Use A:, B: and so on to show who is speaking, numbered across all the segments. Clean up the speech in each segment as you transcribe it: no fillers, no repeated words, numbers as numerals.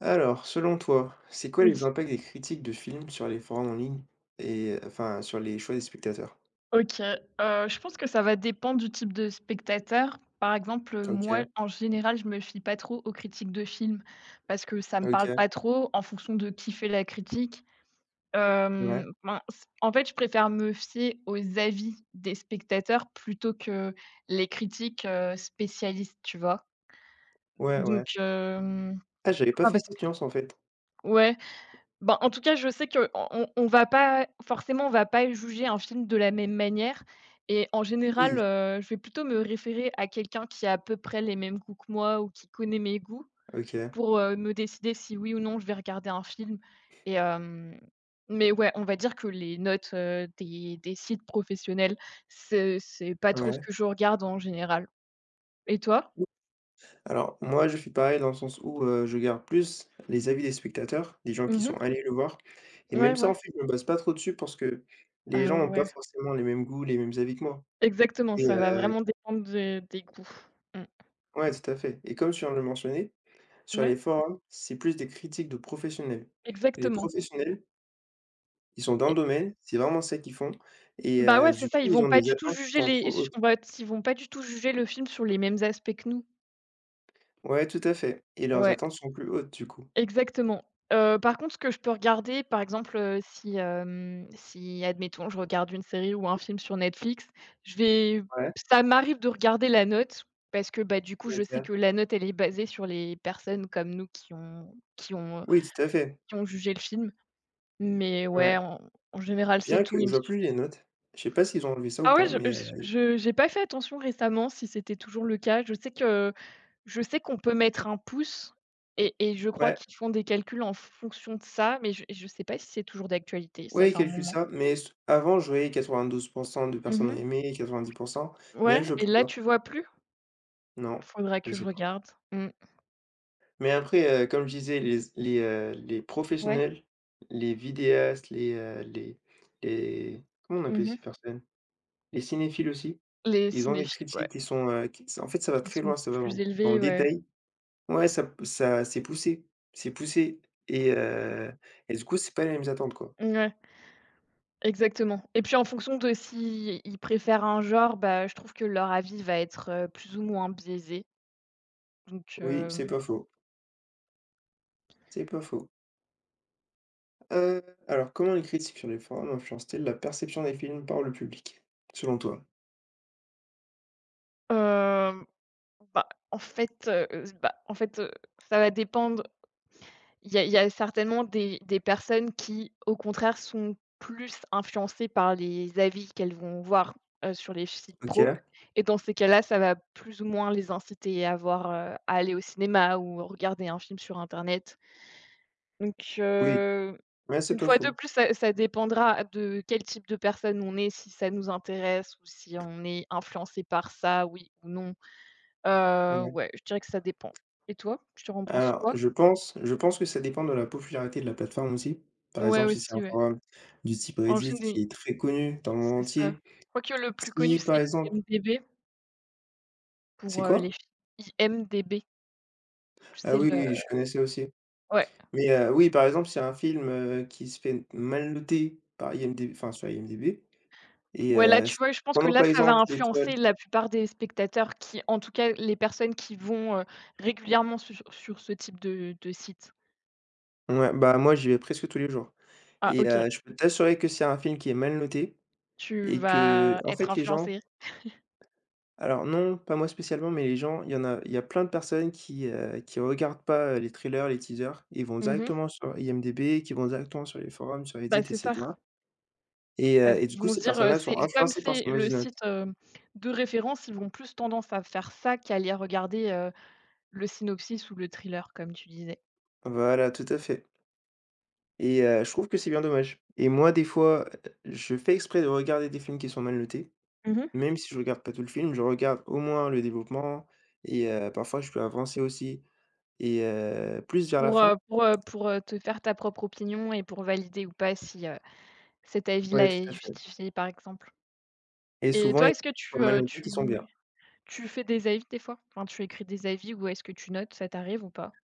A: Alors, selon toi, c'est quoi
B: Oui,
A: les impacts des critiques de films sur les forums en ligne et enfin sur les choix des spectateurs?
B: OK, je pense que ça va dépendre du type de spectateur. Par exemple, moi,
A: OK,
B: en général, je me fie pas trop aux critiques de films parce que ça me
A: OK,
B: parle pas trop en fonction de qui fait la critique.
A: ouais,
B: Ben, c en fait, je préfère me fier aux avis des spectateurs plutôt que les critiques, spécialistes, tu vois?
A: ouais,
B: Donc,
A: ouais. Ah, j'avais pas
B: ah,
A: fait
B: parce que,
A: cette nuance en fait.
B: ouais. Ben, en tout cas, je sais qu'on va pas forcément, on va pas juger un film de la même manière et en général,
A: Oui,
B: je vais plutôt me référer à quelqu'un qui a à peu près les mêmes goûts que moi ou qui connaît mes goûts
A: OK,
B: pour, me décider si oui ou non je vais regarder un film et hem, mais ouais, on va dire que les notes, des sites professionnels, c'est pas trop ce
A: ouais.
B: que je regarde en général. Et toi?
A: Alors moi, je suis pareil dans le sens où, je garde plus les avis des spectateurs, des gens qui
B: Mmh.
A: sont allés le voir et
B: Ouais,
A: même ça, en
B: ouais.
A: fait, je me base pas trop dessus parce que les
B: Ah
A: gens n'ont pas
B: ouais,
A: forcément les mêmes goûts, les mêmes avis que moi.
B: exactement, ça va vraiment dépendre de des goûts. Mmh,
A: Ouais, tout à fait et comme tu viens de le mentionner, sur
B: ouais,
A: les forums, c'est plus des critiques de professionnels et les
B: exactement.
A: professionnels, ils sont dans le
B: Et
A: domaine, c'est vraiment ça qu'ils font et
B: bah, ouais, c'est
A: du
B: ça, ils
A: coup, ils
B: vont
A: ont
B: pas
A: des
B: du tout
A: attentes qui
B: juger
A: sont trop
B: les su
A: hautes.
B: on va ils vont pas du tout juger le film sur les mêmes aspects que nous.
A: Ouais, tout à fait et leurs
B: Ouais,
A: attentes sont plus hautes, du coup.
B: exactement. Par contre, ce que je peux regarder, par exemple, si, si admettons, je regarde une série ou un film sur Netflix, je vais
A: Ouais,
B: ça m'arrive de regarder la note parce que, bah, du coup, je sais
A: OK.
B: que la note, elle est basée sur les personnes comme nous
A: Oui, tout à fait.
B: qui ont jugé le film. Mais ouais,
A: Ouais.
B: en général, c'est
A: Bien
B: tout,
A: que
B: il
A: je
B: me s
A: vois plus les notes. Je sais pas s'ils ont enlevé ça ou
B: Ah ouais,
A: pas, mais
B: je j'ai pas fait attention récemment si c'était toujours le cas. Je sais qu'on peut mettre un pouce et je crois
A: ouais,
B: qu'ils font des calculs en fonction de ça, mais je sais pas si c'est toujours d'actualité, ça
A: ouais, ils
B: fait un
A: calculent
B: moment.
A: ça, mais s avant, je voyais 92 de
B: Mmh
A: personnes
B: mh.
A: aimées, 90, mais
B: Ouais,
A: là, je vois
B: et
A: plus
B: là,
A: ça.
B: tu vois plus?
A: Non,
B: Faudra
A: je
B: que je
A: sais pas.
B: regarde. Mmh.
A: Mais après, comme je disais, les les
B: Ouais.
A: professionnels, les vidéastes, les les comment on appelle
B: Mmh
A: ces
B: mh.
A: personnes? Les cinéphiles aussi,
B: Les
A: ils ont des
B: cinéphiles, ouais,
A: critiques qui sont, qui en fait, ça va
B: qui
A: très
B: sont
A: loin, ça va
B: plus
A: dans le
B: élevés, ouais.
A: détail. Ouais, ça c'est poussé et heu et du coup, c'est pas les mêmes attentes, quoi.
B: Ouais, exactement. Et puis en fonction de s'ils préfèrent un genre, bah, je trouve que leur avis va être, plus ou moins biaisé. Donc,
A: Oui, c'est pas faux, c'est pas faux. Heu, alors comment les critiques sur les forums influencent-elles la perception des films par le public, selon toi?
B: hem bah, bah, en fait, ça va dépendre. Il y a certainement des personnes qui, au contraire, sont plus influencées par les avis qu'elles vont voir, sur les sites pro.
A: OK,
B: Et dans ces cas-là, ça va plus ou moins les inciter à voir, à aller au cinéma ou regarder un film sur internet. Donc,
A: oui, ouais, c'est
B: une
A: pas
B: fois de
A: faux.
B: plus, ça dépendra de quel type de personne on est, si ça nous intéresse ou si on est influencé par ça, oui ou non.
A: Mmh.
B: Ouais, je dirais que ça dépend. Et toi, tu en penses
A: Alors,
B: quoi?
A: je pense que ça dépend de la popularité de la plateforme aussi. Par
B: Ouais,
A: exemple, si c'est un
B: aussi, ouais.
A: forum du type
B: En
A: Reddit
B: géné
A: qui est très connu dans le monde
B: C'est ça. Je
A: entier.
B: crois que le plus connu,
A: Si par
B: c'est
A: exemple
B: IMDb
A: c'est
B: pour, les
A: quoi?
B: filles. IMDb, tu
A: Ah
B: sais
A: oui, oui,
B: le
A: je connaissais aussi.
B: ouais.
A: Mais oui, par exemple, c'est un film, qui se fait mal noter par IMDb, enfin sur IMDb et
B: Ouais, là, tu
A: si
B: vois, je pense que
A: prenons
B: là,
A: par
B: ça va
A: exemple l'étoile.
B: influencer la plupart des spectateurs qui, en tout cas, les personnes qui vont, régulièrement sur ce type de site.
A: Ouais, bah, moi, j'y vais presque tous les jours
B: Ah,
A: et
B: OK,
A: je peux t'assurer que c'est un film qui est mal noté
B: tu
A: et que
B: vas
A: en
B: être
A: fait, les gens.
B: influencé.
A: Alors non, pas moi spécialement, mais les gens, il y a plein de personnes qui regardent pas, les trailers, les teasers et vont
B: Mmh mh.
A: directement sur IMDb, qui vont directement sur les forums, sur
B: Bah,
A: Reddit et
B: c'est ça.
A: cetera
B: Parce
A: et du
B: qu'ils
A: coup,
B: vont se
A: ces
B: dire,
A: personnes-là
B: c'est
A: sont
B: comme
A: influencées par ces
B: c'est le
A: mauvaises notes.
B: site, de référence, ils vont plus tendance à faire ça qu'à aller regarder, le synopsis ou le thriller, comme tu disais.
A: Voilà, tout à fait et je trouve que c'est bien dommage et moi, des fois, je fais exprès de regarder des films qui sont mal notés,
B: Mmh.
A: même si je regarde pas tout le film, je regarde au moins le développement et parfois je peux avancer aussi et plus vers la
B: Pour, heu
A: fin.
B: pour, heu pour, heu, te faire ta propre opinion et pour valider ou pas si, cet avis-là
A: Oui, tout
B: est
A: à fait
B: justifié, par exemple.
A: et
B: Et
A: souvent, il y
B: toi,
A: a des
B: est-ce que
A: films qui
B: tu,
A: sont mal notés qui
B: tu
A: sont bien.
B: mets tu fais des avis des fois? Enfin, tu écris des avis ou est-ce que tu notes, ça t'arrive ou pas?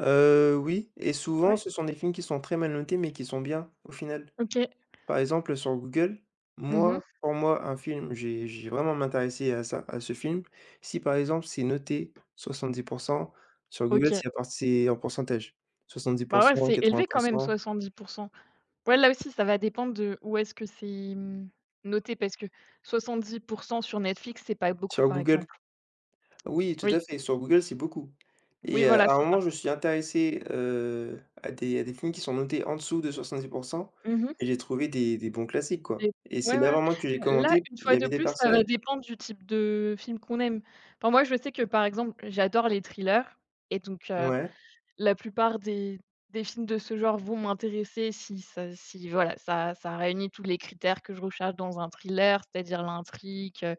A: Oui et souvent
B: Ouais.
A: ce sont des films qui sont très mal notés mais qui sont bien, au final.
B: OK.
A: Par exemple, sur Google, moi,
B: Mmh.
A: pour moi, un film, j'ai vraiment m'intéresser à ça à ce film, si par exemple c'est noté soixante-dix pour cent sur Google
B: OK.
A: c'est à part c'est en pourcentage, soixante-dix pour
B: Bah, ouais,
A: cent
B: c'est
A: quatre-vingts
B: élevé
A: pour
B: quand même
A: cent.
B: 70%. Ouais, là aussi, ça va dépendre de où est-ce que c'est, noté parce que 70% sur Netflix, c'est pas beaucoup,
A: Sur
B: par
A: Google
B: exemple.
A: oui, tout
B: Oui,
A: à fait, sur Google, c'est beaucoup
B: oui,
A: et
B: voilà,
A: à un
B: c'est ça.
A: moment, je me suis intéressé, à des films qui sont notés en dessous de soixante-dix pour cent,
B: Mmh.
A: et j'ai trouvé des bons classiques,
B: Et
A: quoi et
B: ouais, ouais,
A: c'est là
B: ouais.
A: vraiment que j'ai
B: Bah, là,
A: commenté.
B: une
A: Il y
B: fois de
A: avait des
B: plus, ça va
A: personnes.
B: dépendre du type de film qu'on aime. Enfin, moi, je sais que, par exemple, j'adore les thrillers et donc,
A: Ouais,
B: la plupart des films de ce genre vont m'intéresser si ça si voilà, ça réunit tous les critères que je recherche dans un thriller, c'est-à-dire l'intrigue,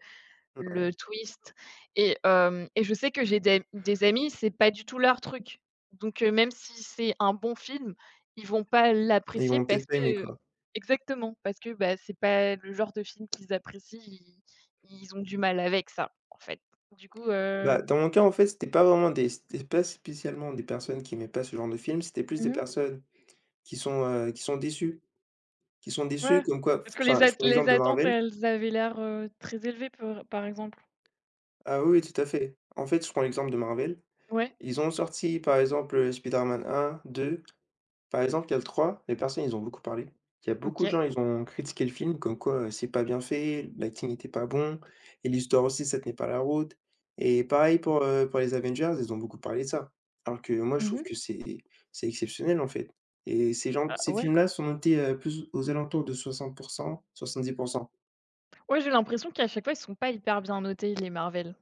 A: ouais,
B: le twist et je sais que j'ai des amis, c'est pas du tout leur truc. Donc, même si c'est un bon film, ils vont pas
A: ils
B: l'apprécier
A: vont
B: parce
A: peut-être pas aimer,
B: que.
A: quoi.
B: Exactement, parce que, bah, c'est pas le genre de film qu'ils apprécient, ils ont du mal avec ça, en fait. Du coup,
A: Bah, dans mon cas, en fait, c'était pas spécialement des personnes qui aimaient pas ce genre de film, c'était plus des
B: mmh.
A: personnes qui sont déçues, qui sont
B: Ouais,
A: déçues comme quoi
B: parce que
A: enfin, je prends l'exemple
B: les
A: de
B: attentes,
A: Marvel.
B: elles avaient l'air, très élevées, par exemple?
A: Ah oui, oui, tout à fait. En fait, je prends l'exemple de Marvel.
B: Ouais,
A: Ils ont sorti, par exemple, Spider-Man 1, 2. Par exemple, il y a le 3, les personnes, ils ont beaucoup parlé. Il y a beaucoup de
B: OK.
A: gens, ils ont critiqué le film comme quoi, c'est pas bien fait, l'acting n'était pas bon et l'histoire aussi, ça tenait pas la route et pareil pour les Avengers, ils ont beaucoup parlé de ça. Alors que moi, je trouve
B: Mmh.
A: que c'est exceptionnel, en fait et
B: Ah
A: ces
B: ouais.
A: films-là sont notés, plus aux alentours de soixante pour cent, dix pour cent.
B: Ouais, j'ai l'impression qu'à chaque fois, ils sont pas hyper bien notés, les Marvel.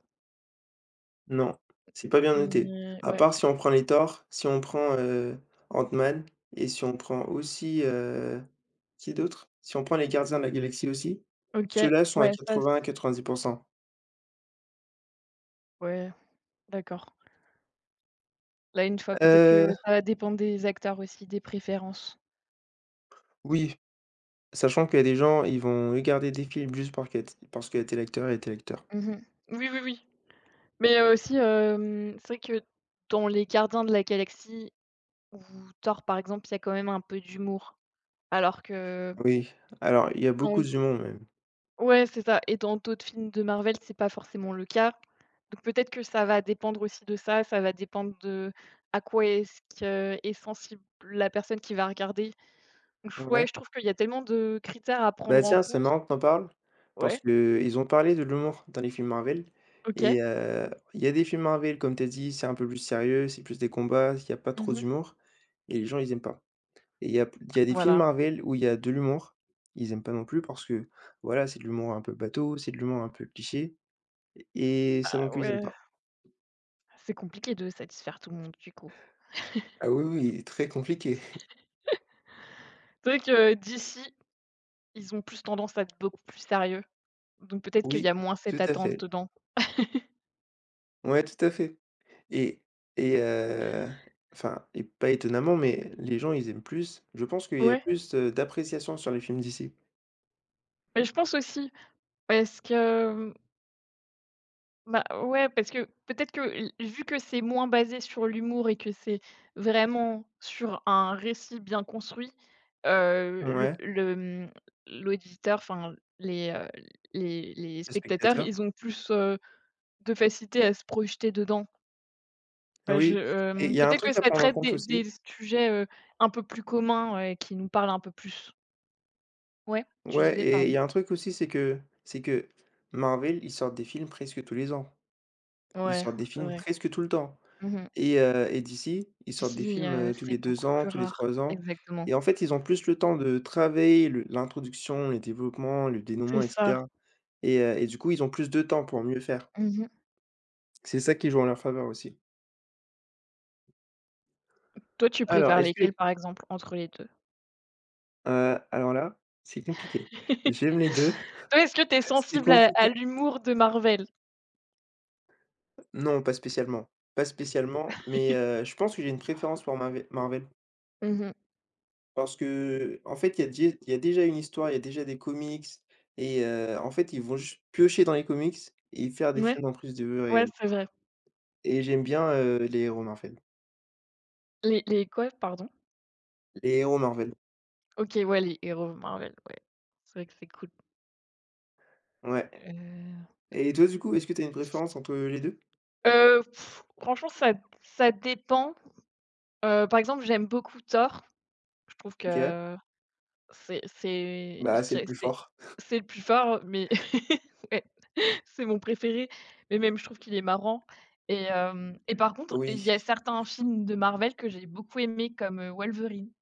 A: Non, c'est pas bien noté.
B: Mmh,
A: À
B: ouais.
A: part si on prend les Thor, si on prend, Ant-Man et si on prend aussi, qui d'autre? Si on prend les Gardiens de la Galaxie aussi,
B: OK,
A: ceux-là sont à
B: ouais, ça c
A: 80-90.
B: ouais, d'accord. Là, une fois, peut-être que
A: Heu,
B: ça va dépendre des acteurs aussi, des préférences.
A: oui, sachant qu'il y a des gens, ils vont regarder des films juste parce que parce qu'il a tel acteur et tel acteur.
B: Mmh mh. Oui, oui, oui. Mais, aussi, c'est vrai que dans les Gardiens de la Galaxie ou Thor, par exemple, il y a quand même un peu d'humour. Alors que
A: Oui, alors il y a
B: dans
A: beaucoup d'humour même.
B: Ouais, c'est ça, et dans d'autres films de Marvel, c'est pas forcément le cas. Donc peut-être que ça va dépendre aussi de ça, ça va dépendre de à quoi est-ce qu'est sensible la personne qui va regarder. Ouf, ouais,
A: Ouais.
B: je trouve qu'il y a tellement de critères à
A: Bah,
B: prendre en
A: tiens, c'est
B: compte.
A: marrant que tu en parles parce
B: Ouais,
A: que ils ont parlé de l'humour dans les films Marvel
B: OK.
A: et il y a des films Marvel, comme tu as dit, c'est un peu plus sérieux, c'est plus des combats, il y a pas
B: Mmh
A: trop
B: mh.
A: d'humour et les gens, ils aiment pas. Et il y a des films
B: Voilà.
A: Marvel où il y a de l'humour, ils aiment pas non plus parce que, voilà, c'est de l'humour un peu bateau, c'est de l'humour un peu cliché et ça non
B: Ah
A: plus, ils aiment
B: ouais,
A: pas.
B: c'est compliqué de satisfaire tout le monde du coup.
A: Ah oui, oui, très compliqué.
B: C'est vrai que d'ici, ils ont plus tendance à être beaucoup plus sérieux, donc peut-être qu'il y
A: Oui,
B: a moins cette
A: tout à
B: attente
A: fait.
B: dedans.
A: Ouais, tout à fait. Et et heu, enfin et pas étonnamment, mais les gens, ils aiment plus. Je pense qu'il y a
B: Ouais,
A: plus, d'appréciation sur les films d'ici.
B: mais je pense aussi parce que, bah, ouais, parce que peut-être que l vu que c'est moins basé sur l'humour et que c'est vraiment sur un récit bien construit, heu, le
A: Ouais,
B: le, mmh, l'auditeur, enfin les, les
A: les
B: spectateurs,
A: spectateurs.
B: ils ont plus, de facilité à se projeter dedans. Bah,
A: Oui et il y a un
B: peut-être que
A: truc à
B: ça
A: prendre en
B: traite
A: compte
B: des
A: aussi.
B: des sujets, un peu plus communs, ouais, qui nous parlent un peu plus. Ouais, tu
A: Ouais
B: disais,
A: et il
B: pardon?
A: y a un truc aussi, c'est que Marvel, ils sortent des films presque tous les ans. Ils
B: Ouais,
A: sortent des
B: c'est
A: films
B: vrai.
A: presque tout le temps
B: Mmh.
A: et DC, ils sortent des
B: Ici,
A: films, tous
B: c'est
A: les 2
B: beaucoup
A: ans,
B: plus
A: tous les
B: rare.
A: 3 ans
B: Exactement.
A: et en fait, ils ont plus le temps de travailler le l'introduction, les développements, le
B: C'est
A: dénouement et
B: ça.
A: cetera et du coup, ils ont plus de temps pour mieux faire.
B: Mmh.
A: C'est ça qui joue en leur faveur aussi.
B: Toi, tu
A: Alors,
B: préfères
A: est-ce que
B: lesquels,
A: les
B: par exemple, entre les 2?
A: alors là, c'est compliqué. J'aime les 2.
B: Toi, est-ce que tu es
A: c'est
B: sensible à
A: compliqué.
B: l'humour de Marvel?
A: Non, pas spécialement, pas spécialement, mais je pense que j'ai une préférence pour Marvel
B: Mmh.
A: parce qu'en fait, il y a déjà une histoire, il y a déjà des comics et en fait, ils vont juste piocher dans les comics et faire des
B: Ouais,
A: films en plus de eux
B: ouais,
A: réels
B: c'est vrai.
A: et j'aime bien,
B: Les quoi, pardon?
A: les héros Marvel,
B: OK, ouais, les héros Marvel, ouais. C'est vrai que c'est cool.
A: ouais
B: Heu
A: et toi, du coup, est-ce que tu as une préférence entre les deux?
B: heu, Franchement, ça dépend. Par exemple, j'aime beaucoup Thor. Je trouve
A: OK,
B: que c'est je
A: bah, c'est le
B: dirais que
A: plus
B: c'est
A: fort.
B: c'est le plus fort, mais ouais. C'est mon préféré, mais même je trouve qu'il est marrant et par contre, il
A: Oui.
B: y a certains films de Marvel que j'ai beaucoup aimés comme, Wolverine.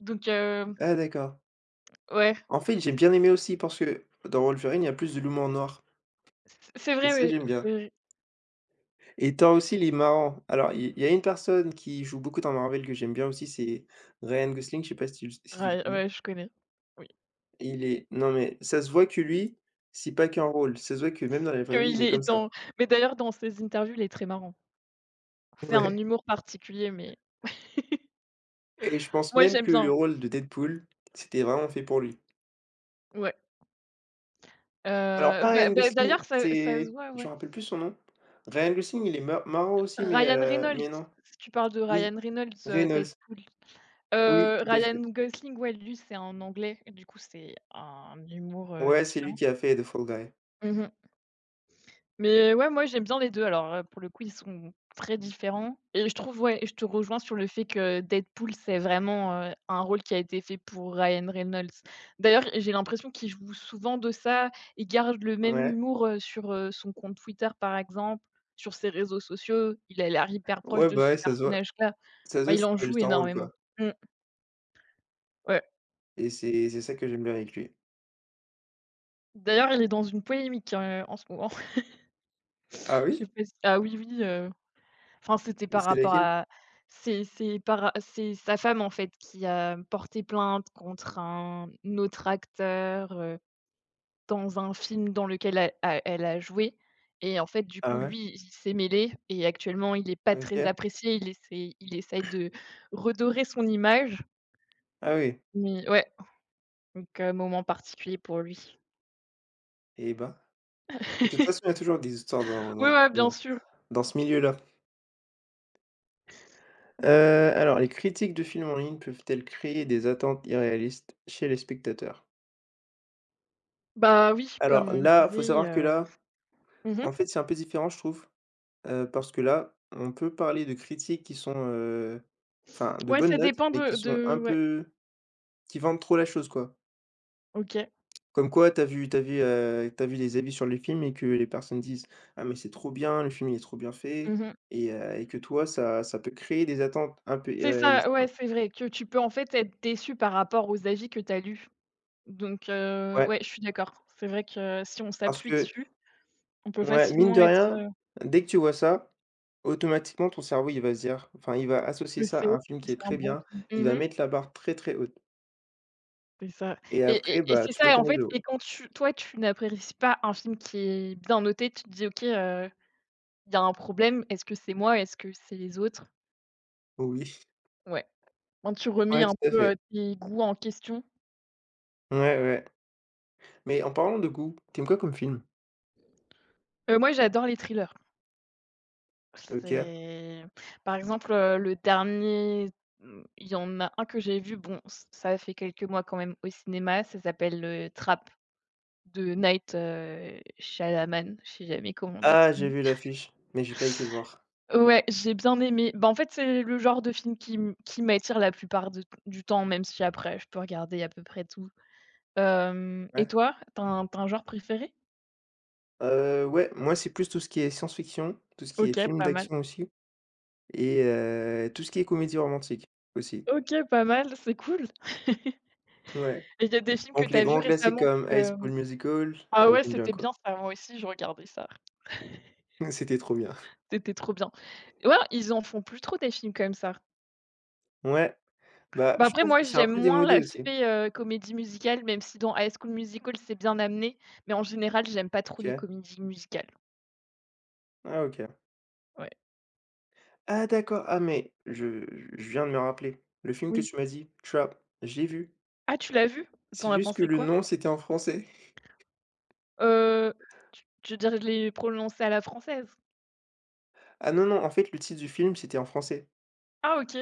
B: Donc,
A: Ah d'accord.
B: ouais,
A: En fait, j'ai bien aimé aussi parce que dans Wolverine, il y a plus de l'humour noir
B: c'est
A: et
B: vrai,
A: ça,
B: oui,
A: j'aime
B: c'est
A: bien
B: vrai.
A: et Thor aussi, il est marrant. Alors il y a une personne qui joue beaucoup dans Marvel que j'aime bien aussi, c'est Ryan Gosling, je sais pas si tu le
B: Ouais,
A: connais?
B: ouais, je connais. Oui,
A: Il est non mais ça se voit que lui, c'est pas qu'un rôle, ça se voit que même dans la vraie vie,
B: qu'il
A: il est comme
B: est
A: ça.
B: dans mais d'ailleurs dans ses interviews, il est très marrant. C'est un
A: Ouais
B: humour particulier, mais
A: et je pense
B: moi
A: même
B: j'aime
A: que le
B: bien,
A: rôle de Deadpool, c'était vraiment fait pour lui.
B: ouais.
A: Alors pas
B: Bah,
A: Ryan Gosling,
B: d'ailleurs ça se
A: c'est
B: voit,
A: je
B: ouais.
A: me rappelle plus son nom. Ryan Gosling, il est marrant aussi
B: Ryan Reynolds,
A: mais non.
B: si tu parles de
A: Oui,
B: Ryan Reynolds,
A: Reynolds.
B: Deadpool.
A: Oui, tout à fait.
B: Ryan Gosling, ouais, lui, c'est en anglais, du coup, c'est un humour,
A: Ouais, c'est lui
B: différent.
A: qui a fait The Fall Guy.
B: Mmh. Mais ouais, moi, j'aime bien les 2. Alors, pour le coup, ils sont très différents et je trouve ouais, je te rejoins sur le fait que Deadpool, c'est vraiment, un rôle qui a été fait pour Ryan Reynolds. D'ailleurs, j'ai l'impression qu'il joue souvent de ça. Il garde le même
A: Ouais.
B: humour, sur, son compte Twitter, par exemple, sur ses réseaux sociaux. Il a l'air hyper proche
A: Ouais,
B: de
A: bah,
B: ce
A: ouais,
B: personnage-là.
A: ça se voit
B: Enfin,
A: que
B: il en
A: c'était
B: joue
A: juste un rôle,
B: énormément.
A: quoi
B: Mmh. Ouais.
A: et c'est ça que j'aime bien avec lui.
B: D'ailleurs, il est dans une polémique, en ce moment.
A: Ah
B: Je sais
A: oui?
B: pas si. Ah oui, oui, enfin, c'était
A: Et
B: par
A: c'est
B: rapport
A: laquelle?
B: à. C'est sa femme, en fait, qui a porté plainte contre un autre acteur, dans un film dans lequel elle a joué et en fait, du
A: Ah
B: coup,
A: ouais?
B: lui, il s'est mêlé et actuellement, il est pas très
A: OK.
B: apprécié. Il essaye de redorer son image,
A: Ah oui
B: mais ouais, donc, moment particulier pour lui.
A: et bah, de toute façon, il y a toujours des histoires dans
B: Oui,
A: dans
B: ouais, bien
A: dans
B: sûr.
A: dans ce milieu-là. Alors les critiques de films en ligne peuvent-elles créer des attentes irréalistes chez les spectateurs?
B: Bah oui, comme
A: Alors
B: on
A: là, faut
B: disait,
A: savoir que là,
B: Mmh mh.
A: en fait, c'est un peu différent, je trouve, parce que là, on peut parler de critiques qui sont, enfin de
B: Ouais,
A: bonnes
B: ça
A: notes,
B: dépend
A: mais qui sont
B: de
A: un
B: ouais,
A: peu. Qui vendent trop la chose, quoi.
B: OK.
A: Comme quoi t'as vu, tu vu les avis sur les films et que les personnes disent: «Ah mais c'est trop bien, le film il est trop bien fait»
B: Mmh mh.
A: et que toi ça peut créer des attentes un peu
B: C'est ça,
A: irréalistes,
B: ouais,
A: quoi.
B: c'est vrai que tu peux, en fait, être déçu par rapport aux avis que tu as lus. Donc,
A: Ouais,
B: ouais, je suis d'accord. C'est vrai que si on
A: parce
B: s'appuie
A: que
B: dessus, on peut
A: ouais, mine
B: facilement
A: de
B: être,
A: rien, dès que tu vois ça, automatiquement ton cerveau il va se dire enfin il va associer
B: que c'est
A: ça à un film
B: que
A: qui est
B: c'est un
A: très
B: bon
A: bien,
B: film.
A: il
B: Mmh
A: va
B: mh.
A: mettre la barre très, très haute
B: C'est ça
A: et
B: et et
A: après,
B: et
A: bah,
B: c'est
A: tu
B: ça
A: peux
B: et en
A: tomber
B: fait
A: de
B: et
A: haut.
B: quand tu toi, tu n'apprécies pas un film qui est bien noté, tu te dis: «OK, il y a un problème. Est-ce que c'est moi? Est-ce que c'est les autres?»
A: Oui,
B: Ouais. Quand tu remets
A: ouais,
B: un
A: tout à
B: peu,
A: fait.
B: tes goûts en question.
A: Ouais, ouais. Mais en parlant de goût, t'aimes quoi comme film?
B: Moi, j'adore les thrillers.
A: OK.
B: C'est par exemple, le dernier, mmh, il y en a un que j'ai vu, bon, ç ça fait quelques mois quand même au cinéma, ça s'appelle, Trap de Night, Shyamalan, je sais jamais comment dire son
A: Ah, j'ai
B: nom.
A: vu l'affiche, mais j'ai pas été le voir.
B: Ouais, j'ai bien aimé. Bah, en fait, c'est le genre de film qui m'attire la plupart de du temps, même si après je peux regarder à peu près tout. Hem Et
A: Ouais?
B: toi, t'as un genre préféré?
A: Ouais, moi, c'est plus tout ce qui est science-fiction, tout ce qui est
B: OK,
A: film
B: pas mal.
A: d'action aussi et tout ce qui est comédie romantique aussi.
B: OK, pas mal, c'est cool.
A: Ouais.
B: Et il y a des films que
A: Donc les
B: t'as vus
A: grands classiques
B: récemment?
A: comme High School Musical,
B: Ah ouais,
A: j'aime bien,
B: c'était
A: quoi.
B: bien ça, moi aussi je regardais ça.
A: C'était trop bien.
B: C'était trop bien. Ouais, ils en font plus trop des films comme ça.
A: Ouais, bah,
B: Bah,
A: je
B: après
A: trouve
B: moi
A: que c'est un
B: j'aime
A: peu
B: moins
A: démodé aussi.
B: l'aspect, comédie musicale, même si dans High School Musical c'est bien amené, mais en général j'aime pas trop les
A: OK.
B: comédies musicales.
A: Ah OK.
B: Ouais.
A: Ah d'accord, ah mais je viens de me rappeler. Le film que
B: Oui.
A: tu m'as dit, Trap, je l'ai vu.
B: Ah, tu l'as vu? Tu en
A: C'est
B: as
A: juste que
B: pensé
A: le
B: quoi?
A: nom, c'était en français.
B: Heu, tu veux dire je l'ai prononcé à la française?
A: Ah non, non, en fait, le titre du film, c'était en français.
B: Ah, OK.